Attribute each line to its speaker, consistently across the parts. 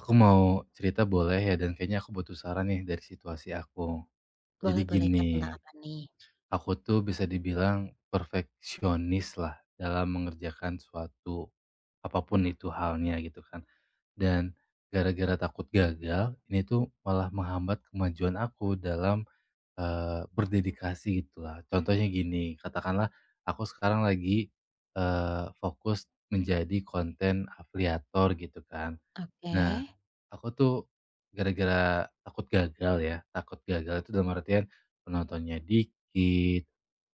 Speaker 1: Aku mau cerita boleh ya, dan kayaknya aku butuh saran nih dari situasi aku. Jadi
Speaker 2: Boleh boleh Kak,
Speaker 1: gini,
Speaker 2: tentang apa nih?
Speaker 1: aku tuh bisa dibilang perfeksionis lah dalam mengerjakan suatu apapun itu halnya gitu kan. Dan gara-gara takut gagal, ini tuh malah menghambat kemajuan aku dalam berdedikasi gitulah. Contohnya gini, katakanlah aku sekarang lagi fokus menjadi konten afiliator gitu kan.
Speaker 2: Oke,
Speaker 1: Nah, aku tuh gara-gara takut gagal ya, takut gagal itu dalam artian penontonnya dikit,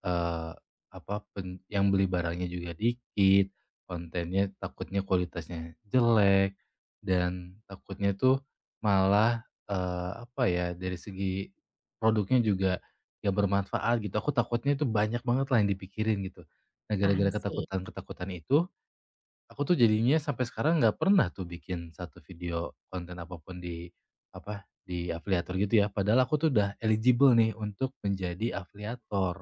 Speaker 1: eee, apa, pen yang beli barangnya juga dikit, kontennya takutnya kualitasnya jelek, dan takutnya tuh malah, apa ya, dari segi produknya juga gak bermanfaat gitu, aku takutnya itu banyak banget lah yang dipikirin gitu. Nah,
Speaker 2: paham
Speaker 1: gara-gara
Speaker 2: sih.
Speaker 1: ketakutan-ketakutan itu aku tuh jadinya sampai sekarang nggak pernah tuh bikin satu video konten apapun di, apa, di afiliator gitu ya, padahal aku tuh udah eligible nih untuk menjadi afiliator.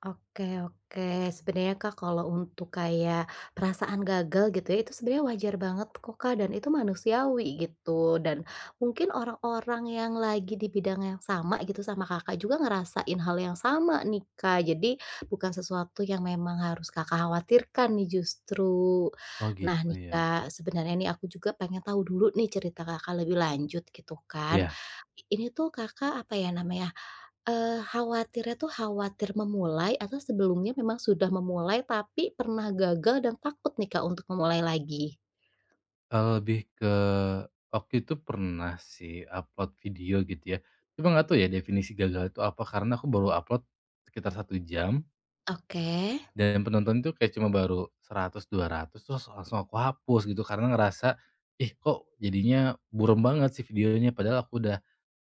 Speaker 2: Oke oke. Sebenarnya Kak, kalau untuk kayak perasaan gagal gitu ya, itu sebenarnya wajar banget kok Kak, dan itu manusiawi gitu. Dan mungkin orang-orang yang lagi di bidang yang sama gitu sama Kakak juga ngerasain hal yang sama nih Kak. Jadi bukan sesuatu yang memang harus Kakak khawatirkan nih justru.
Speaker 1: Oh
Speaker 2: Nah
Speaker 1: gitu
Speaker 2: nih
Speaker 1: ya.
Speaker 2: Kak, sebenarnya nih aku juga pengen tahu dulu nih cerita Kakak lebih lanjut gitu kan.
Speaker 1: Iya,
Speaker 2: Ini tuh Kakak, apa ya namanya, khawatirnya tuh khawatir memulai atau sebelumnya memang sudah memulai tapi pernah gagal dan takut nih, Kak, untuk memulai lagi?
Speaker 1: lebih ke waktu itu pernah sih upload video gitu ya, cuma nggak tahu ya definisi gagal itu apa, karena aku baru upload sekitar satu jam.
Speaker 2: Oke.
Speaker 1: Dan penonton itu kayak cuma baru 100, 200 terus langsung aku hapus gitu karena ngerasa, "Ih kok jadinya buram banget sih videonya?" Padahal aku udah,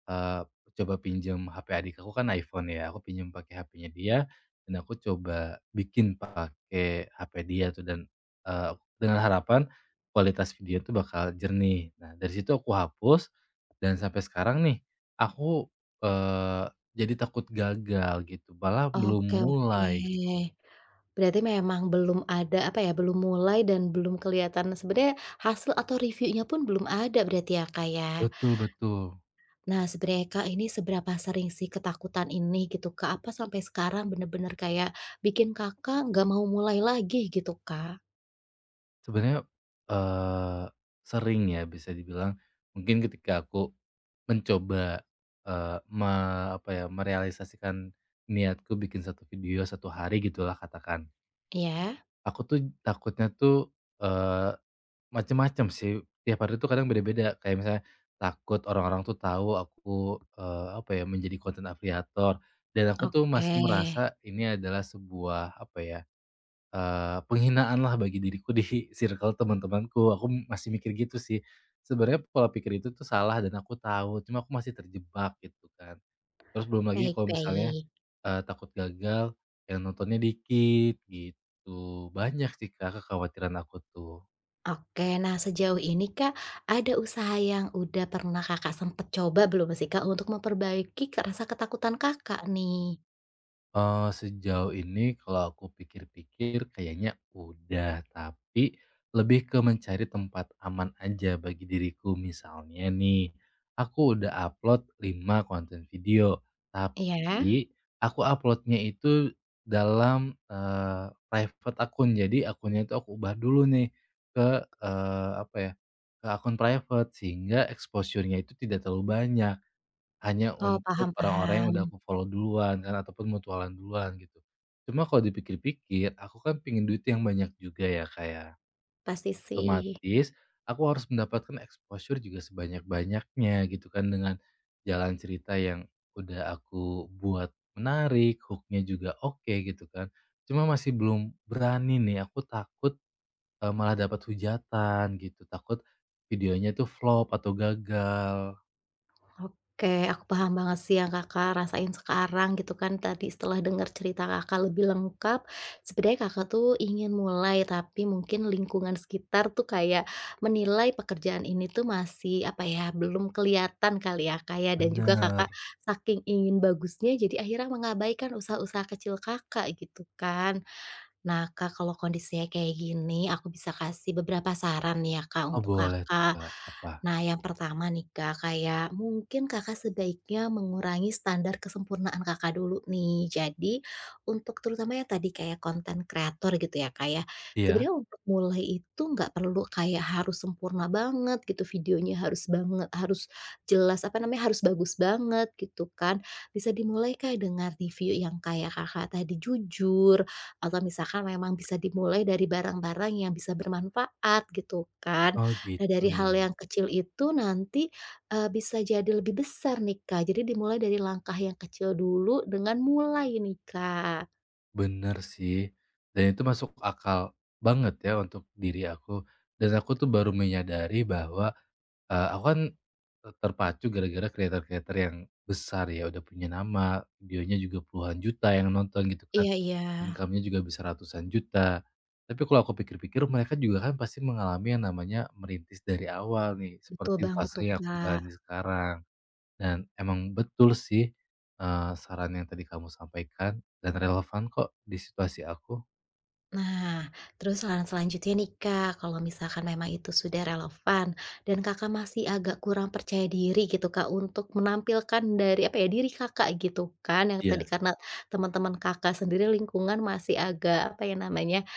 Speaker 1: eee, coba pinjam HP adik aku kan iPhone ya, aku pinjam pakai HP-nya dia dan aku coba bikin pakai HP dia tuh dan, eee, dengan harapan kualitas video itu bakal jernih. Nah dari situ aku hapus dan sampai sekarang nih aku, eee, jadi takut gagal gitu, malah belum
Speaker 2: Oke oke.
Speaker 1: mulai gitu.
Speaker 2: Berarti memang belum ada, apa ya, belum mulai dan belum kelihatan sebenarnya hasil atau reviewnya pun belum ada berarti ya, Kak, ya?
Speaker 1: Betul betul.
Speaker 2: Nah, sebenarnya, Kak, ini seberapa sering sih ketakutan ini gitu, Kak? Apa sampai sekarang bener-bener kayak bikin Kakak nggak mau mulai lagi gitu, Kak?
Speaker 1: Sebenarnya, eee, sering ya bisa dibilang mungkin ketika aku mencoba, eee, me apa ya, merealisasikan niatku bikin satu video satu hari gitulah katakan.
Speaker 2: Iya?
Speaker 1: Aku tuh takutnya tuh, eee, macem-macem sih, tiap hari tuh kadang beda-beda. Kayak misalnya takut orang-orang tuh tahu aku, apa ya, menjadi konten afiliator dan aku tuh
Speaker 2: Oke.
Speaker 1: masih merasa ini adalah sebuah apa ya, penghinaan lah bagi diriku di circle teman-temanku, aku masih mikir gitu sih. Sebenarnya pola pikir itu tuh salah dan aku tahu, cuma aku masih terjebak gitu kan. Terus belum lagi
Speaker 2: Baik
Speaker 1: kalau misalnya,
Speaker 2: baik.
Speaker 1: takut gagal, yang nontonnya dikit gitu. Banyak sih Kak kekhawatiran aku tuh.
Speaker 2: Oke, nah sejauh ini Kak, ada usaha yang udah pernah Kakak sempet coba belum sih Kak, untuk memperbaiki ke rasa ketakutan Kakak nih?
Speaker 1: Sejauh ini kalau aku pikir-pikir kayaknya udah, tapi lebih ke mencari tempat aman aja bagi diriku. Misalnya nih, aku udah upload 5 konten video,
Speaker 2: Iya?
Speaker 1: tapi aku uploadnya itu dalam, private akun. Jadi akunnya itu aku ubah dulu nih ke, apa ya, ke akun private sehingga exposure-nya itu tidak terlalu banyak. Hanya
Speaker 2: Oh, paham
Speaker 1: untuk orang-orang yang udah
Speaker 2: paham,
Speaker 1: aku follow duluan kan ataupun mutualan duluan gitu. Cuma kalau dipikir-pikir aku kan pingin duit yang banyak juga ya, kayak
Speaker 2: pasti sih.
Speaker 1: otomatis aku harus mendapatkan exposure juga sebanyak-banyaknya gitu kan dengan jalan cerita yang udah aku buat menarik, hooknya juga oke gitu kan. Cuma masih belum berani nih, aku takut, malah dapat hujatan gitu, takut videonya tuh flop atau gagal.
Speaker 2: Oke, aku paham banget sih yang Kakak rasain sekarang gitu kan. Tadi setelah dengar cerita Kakak lebih lengkap, sebenarnya Kakak tuh ingin mulai, tapi mungkin lingkungan sekitar tuh kayak menilai pekerjaan ini tuh masih apa ya, belum kelihatan kali ya Kak ya, dan juga Kakak
Speaker 1: Bener.
Speaker 2: saking ingin bagusnya jadi akhirnya mengabaikan usaha-usaha kecil Kakak gitu kan. Nah, Kak, kalau kondisinya kayak gini, aku bisa kasih beberapa saran nih ya, Kak,
Speaker 1: Oh
Speaker 2: untuk
Speaker 1: boleh tuh
Speaker 2: Kakak.
Speaker 1: Kak, apa?
Speaker 2: Nah, yang pertama nih, Kak, kayak mungkin Kakak sebaiknya mengurangi standar kesempurnaan Kakak dulu nih. Jadi, untuk terutama yang tadi kayak konten kreator gitu ya, Kak, ya.
Speaker 1: Iya?
Speaker 2: Sebenarnya untuk mulai itu nggak perlu kayak harus sempurna banget gitu, videonya harus banget, harus jelas, apa namanya, harus bagus banget gitu kan. Bisa dimulai kayak dengan review yang kayak Kakak tadi jujur, atau misalkan memang bisa dimulai dari barang-barang yang bisa bermanfaat gitu kan.
Speaker 1: Oh
Speaker 2: Nah
Speaker 1: gitu
Speaker 2: dari hal
Speaker 1: ya,
Speaker 2: yang kecil itu nanti, bisa jadi lebih besar nih Kak, jadi dimulai dari langkah yang kecil dulu dengan mulai nih Kak.
Speaker 1: bener sih, dan itu masuk akal banget ya untuk diri aku, dan aku tuh baru menyadari bahwa, aku kan terpacu gara-gara kreator-kreator yang besar ya, udah punya nama, videonya juga puluhan juta yang nonton gitu kan,
Speaker 2: Iya iya.
Speaker 1: income-nya juga bisa ratusan juta. Tapi kalau aku pikir-pikir mereka juga kan pasti mengalami yang namanya merintis dari awal nih,
Speaker 2: Betul
Speaker 1: seperti
Speaker 2: banget
Speaker 1: fase
Speaker 2: tuh
Speaker 1: yang aku
Speaker 2: Kak.
Speaker 1: jalani sekarang. Dan emang betul sih, saran yang tadi kamu sampaikan dan relevan kok di situasi aku.
Speaker 2: Nah, terus saran selanjutnya nih Kak, kalau misalkan memang itu sudah relevan dan Kakak masih agak kurang percaya diri gitu Kak untuk menampilkan dari apa ya, diri Kakak gitu kan yang tadi
Speaker 1: Iya.
Speaker 2: karena teman-teman Kakak sendiri lingkungan masih agak apa ya namanya,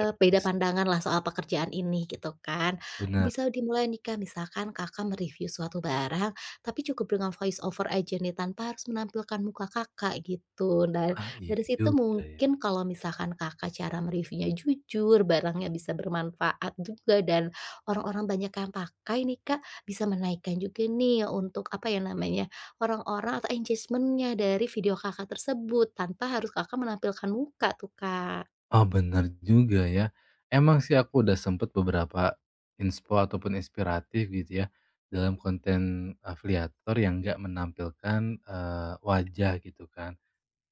Speaker 1: Yap,
Speaker 2: beda pandangan lah soal pekerjaan ini gitu kan.
Speaker 1: bener.
Speaker 2: Bisa dimulai nih Kak, misalkan Kakak me-review suatu barang, tapi cukup dengan voice over aja nih tanpa harus menampilkan muka Kakak gitu. Dan
Speaker 1: Ah, iya
Speaker 2: dari situ
Speaker 1: juga ya.
Speaker 2: mungkin kalau misalkan Kakak cara me-reviewnya jujur, barangnya bisa bermanfaat juga dan orang-orang banyak yang pakai nih Kak, bisa menaikkan juga nih untuk apa ya namanya, orang-orang atau engagement-nya dari video Kakak tersebut tanpa harus Kakak menampilkan muka tuh Kak.
Speaker 1: Oh, bener juga ya. Emang sih aku udah sempet beberapa inspo ataupun inspiratif gitu ya, dalam konten afiliator yang nggak menampilkan, wajah gitu kan.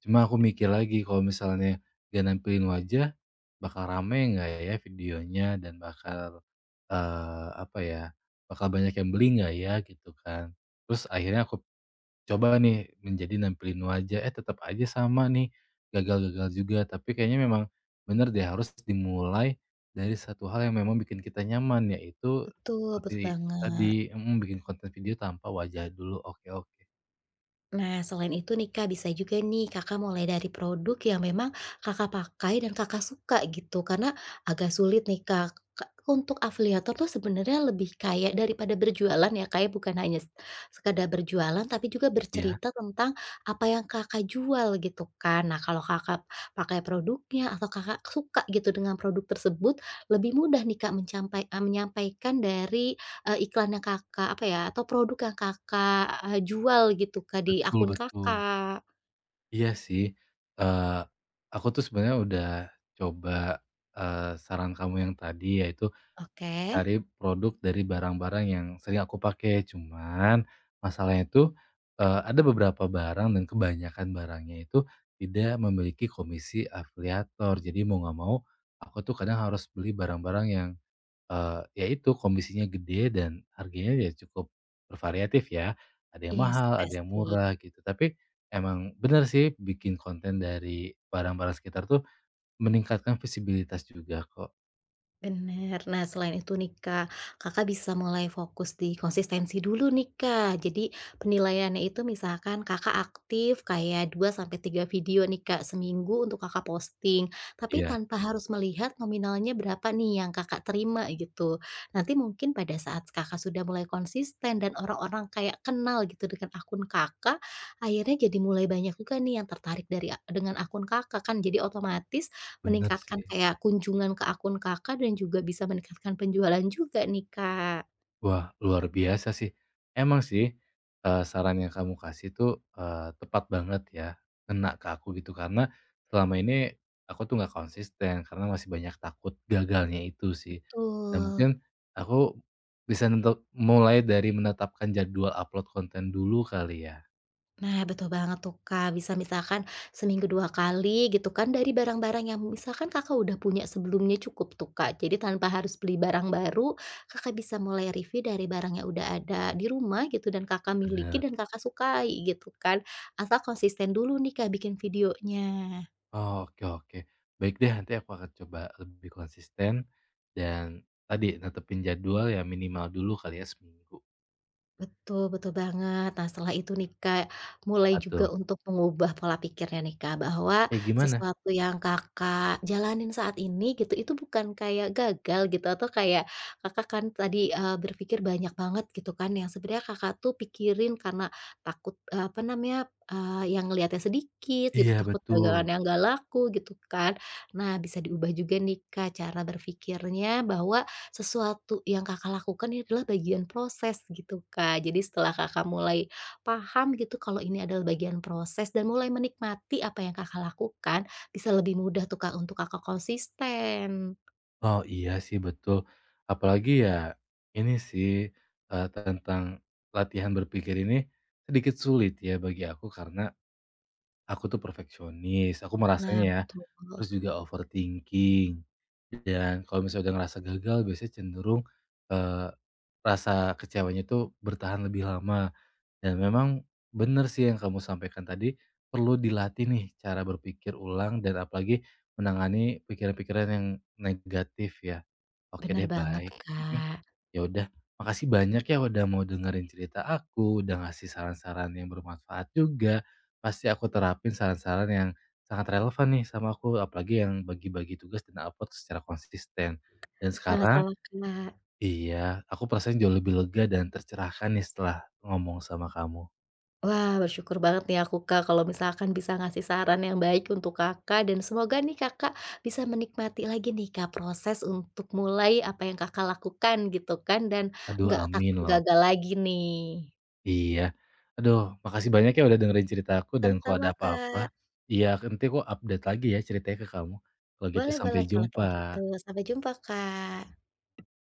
Speaker 1: Cuma aku mikir lagi kalau misalnya gak nampilin wajah, bakal rame nggak ya videonya dan bakal, apa ya, bakal banyak yang beli nggak ya gitu kan. Terus akhirnya aku coba nih menjadi nampilin wajah, eh tetap aja sama nih, gagal-gagal juga. Tapi kayaknya memang bener deh harus dimulai dari satu hal yang memang bikin kita nyaman, yaitu
Speaker 2: Betul, betul
Speaker 1: seperti
Speaker 2: banget.
Speaker 1: tadi mhm, bikin konten video tanpa wajah dulu. Oke oke.
Speaker 2: Nah, selain itu nih Kak, bisa juga nih Kakak mulai dari produk yang memang Kakak pakai dan Kakak suka gitu. Karena agak sulit nih Kak, Kak, untuk afiliator tuh sebenarnya lebih kayak daripada berjualan ya kayak bukan hanya sekadar berjualan tapi juga
Speaker 1: Iya,
Speaker 2: bercerita tentang apa yang Kakak jual gitu kan. Nah, kalau Kakak pakai produknya atau Kakak suka gitu dengan produk tersebut, lebih mudah nih Kak menyampaikan dari iklan yang Kakak apa ya, atau produk yang Kakak, jual gitu, Kak, di
Speaker 1: betul
Speaker 2: akun
Speaker 1: betul.
Speaker 2: Kakak.
Speaker 1: Iya sih, eee, aku tuh sebenarnya udah coba, saran kamu yang tadi yaitu
Speaker 2: Oke.
Speaker 1: cari produk dari barang-barang yang sering aku pakai, cuman masalahnya tuh, ada beberapa barang dan kebanyakan barangnya itu tidak memiliki komisi afiliator. Jadi mau nggak mau aku tuh kadang harus beli barang-barang yang ya itu komisinya gede dan harganya ya cukup bervariatif ya, ada yang
Speaker 2: Iya sih
Speaker 1: mahal, ada yang
Speaker 2: pasti.
Speaker 1: murah gitu. Tapi emang bener sih bikin konten dari barang-barang sekitar tuh meningkatkan visibilitas juga kok.
Speaker 2: Bener. Nah, selain itu nih, Kak, Kakak bisa mulai fokus di konsistensi dulu nih, Kak. Jadi, penilaiannya itu misalkan Kakak aktif kayak 2 sampai 3 video nih, Kak, seminggu untuk Kakak posting. Tapi
Speaker 1: Iya,
Speaker 2: tanpa harus melihat nominalnya berapa nih yang Kakak terima gitu. Nanti mungkin pada saat Kakak sudah mulai konsisten dan orang-orang kayak kenal gitu dengan akun Kakak, akhirnya jadi mulai banyak juga nih yang tertarik dari dengan akun Kakak kan. Jadi otomatis
Speaker 1: bener sih.
Speaker 2: meningkatkan kayak kunjungan ke akun Kakak dan juga bisa meningkatkan penjualan juga nih, Kak.
Speaker 1: Wah, luar biasa sih. Emang sih, saran yang kamu kasih tuh, tepat banget ya, ngena ke aku gitu. Karena selama ini aku tuh nggak konsisten, karena masih banyak takut gagalnya itu sih. Dan
Speaker 2: Betul.
Speaker 1: mungkin aku bisa nentu mulai dari menetapkan jadwal upload konten dulu kali ya?
Speaker 2: Nah, betul banget tuh, Kak. Bisa misalkan seminggu 2 kali gitu kan dari barang-barang yang misalkan Kakak udah punya sebelumnya cukup tuh, Kak. Jadi tanpa harus beli barang baru, Kakak bisa mulai review dari barang yang udah ada di rumah gitu dan Kakak miliki
Speaker 1: Bener.
Speaker 2: dan Kakak sukai gitu kan. Asal konsisten dulu nih, Kak, bikin videonya.
Speaker 1: Oh, oke oke. Baik deh, nanti aku akan coba lebih konsisten dan tadi, netepin jadwal ya minimal dulu kali ya seminggu.
Speaker 2: Betul betul banget. Nah, setelah itu nih, Kak, mulai
Speaker 1: Apa
Speaker 2: juga
Speaker 1: tuh?
Speaker 2: untuk mengubah pola pikirnya nih, Kak, bahwa
Speaker 1: Kayak gimana?
Speaker 2: sesuatu yang Kakak jalanin saat ini gitu, itu bukan kayak gagal gitu atau kayak Kakak kan tadi, berpikir banyak banget gitu kan, yang sebenarnya Kakak tuh pikirin karena takut, apa namanya, yang ngelihatnya sedikit gitu,
Speaker 1: Iya
Speaker 2: takut
Speaker 1: betul.
Speaker 2: dagangan yang nggak laku gitu kan. Nah, bisa diubah juga nih, Kak, cara berpikirnya bahwa sesuatu yang Kakak lakukan ini adalah bagian proses gitu, Kak. Jadi setelah Kakak mulai paham gitu kalau ini adalah bagian proses dan mulai menikmati apa yang Kakak lakukan, bisa lebih mudah tuh, Kak, untuk Kakak konsisten.
Speaker 1: Oh iya sih betul. Apalagi ya ini sih, tentang latihan berpikir ini sedikit sulit ya bagi aku karena aku tuh perfeksionis, aku
Speaker 2: Nah,
Speaker 1: merasanya ya.
Speaker 2: betul.
Speaker 1: Terus juga overthinking dan kalau misalnya udah ngerasa gagal biasanya cenderung, eee, rasa kecewanya tuh bertahan lebih lama. Dan memang benar sih yang kamu sampaikan tadi, perlu dilatih nih cara berpikir ulang dan apalagi menangani pikiran-pikiran yang negatif ya. Oke
Speaker 2: Bener
Speaker 1: deh
Speaker 2: banget,
Speaker 1: baik, mhm,
Speaker 2: Kak.
Speaker 1: ya udah makasih banyak ya udah mau dengerin cerita aku, udah ngasih saran-saran yang bermanfaat juga. Pasti aku terapin saran-saran yang sangat relevan nih sama aku, apalagi yang bagi-bagi tugas dan upload secara konsisten. Dan sekarang
Speaker 2: Sama-sama, Kak.
Speaker 1: iya, aku perasaan jauh lebih lega dan tercerahkan nih setelah ngomong sama kamu.
Speaker 2: Wah, bersyukur banget nih aku, Kak, kalau misalkan bisa ngasih saran yang baik untuk Kakak dan semoga nih Kakak bisa menikmati lagi nih, Kak, proses untuk mulai apa yang Kakak lakukan gitu kan dan
Speaker 1: Aduh
Speaker 2: nggak
Speaker 1: amin
Speaker 2: takut
Speaker 1: loh,
Speaker 2: gagal lagi nih.
Speaker 1: iya. Aduh makasih banyak ya udah dengerin cerita aku dan kalau
Speaker 2: Sama-sama,
Speaker 1: ada apa-apa,
Speaker 2: Kak.
Speaker 1: iya nanti aku update lagi ya ceritanya ke kamu. Kalau gitu
Speaker 2: Boleh
Speaker 1: sampai
Speaker 2: boleh kalau kayak gitu.
Speaker 1: jumpa.
Speaker 2: Sampai jumpa, Kak.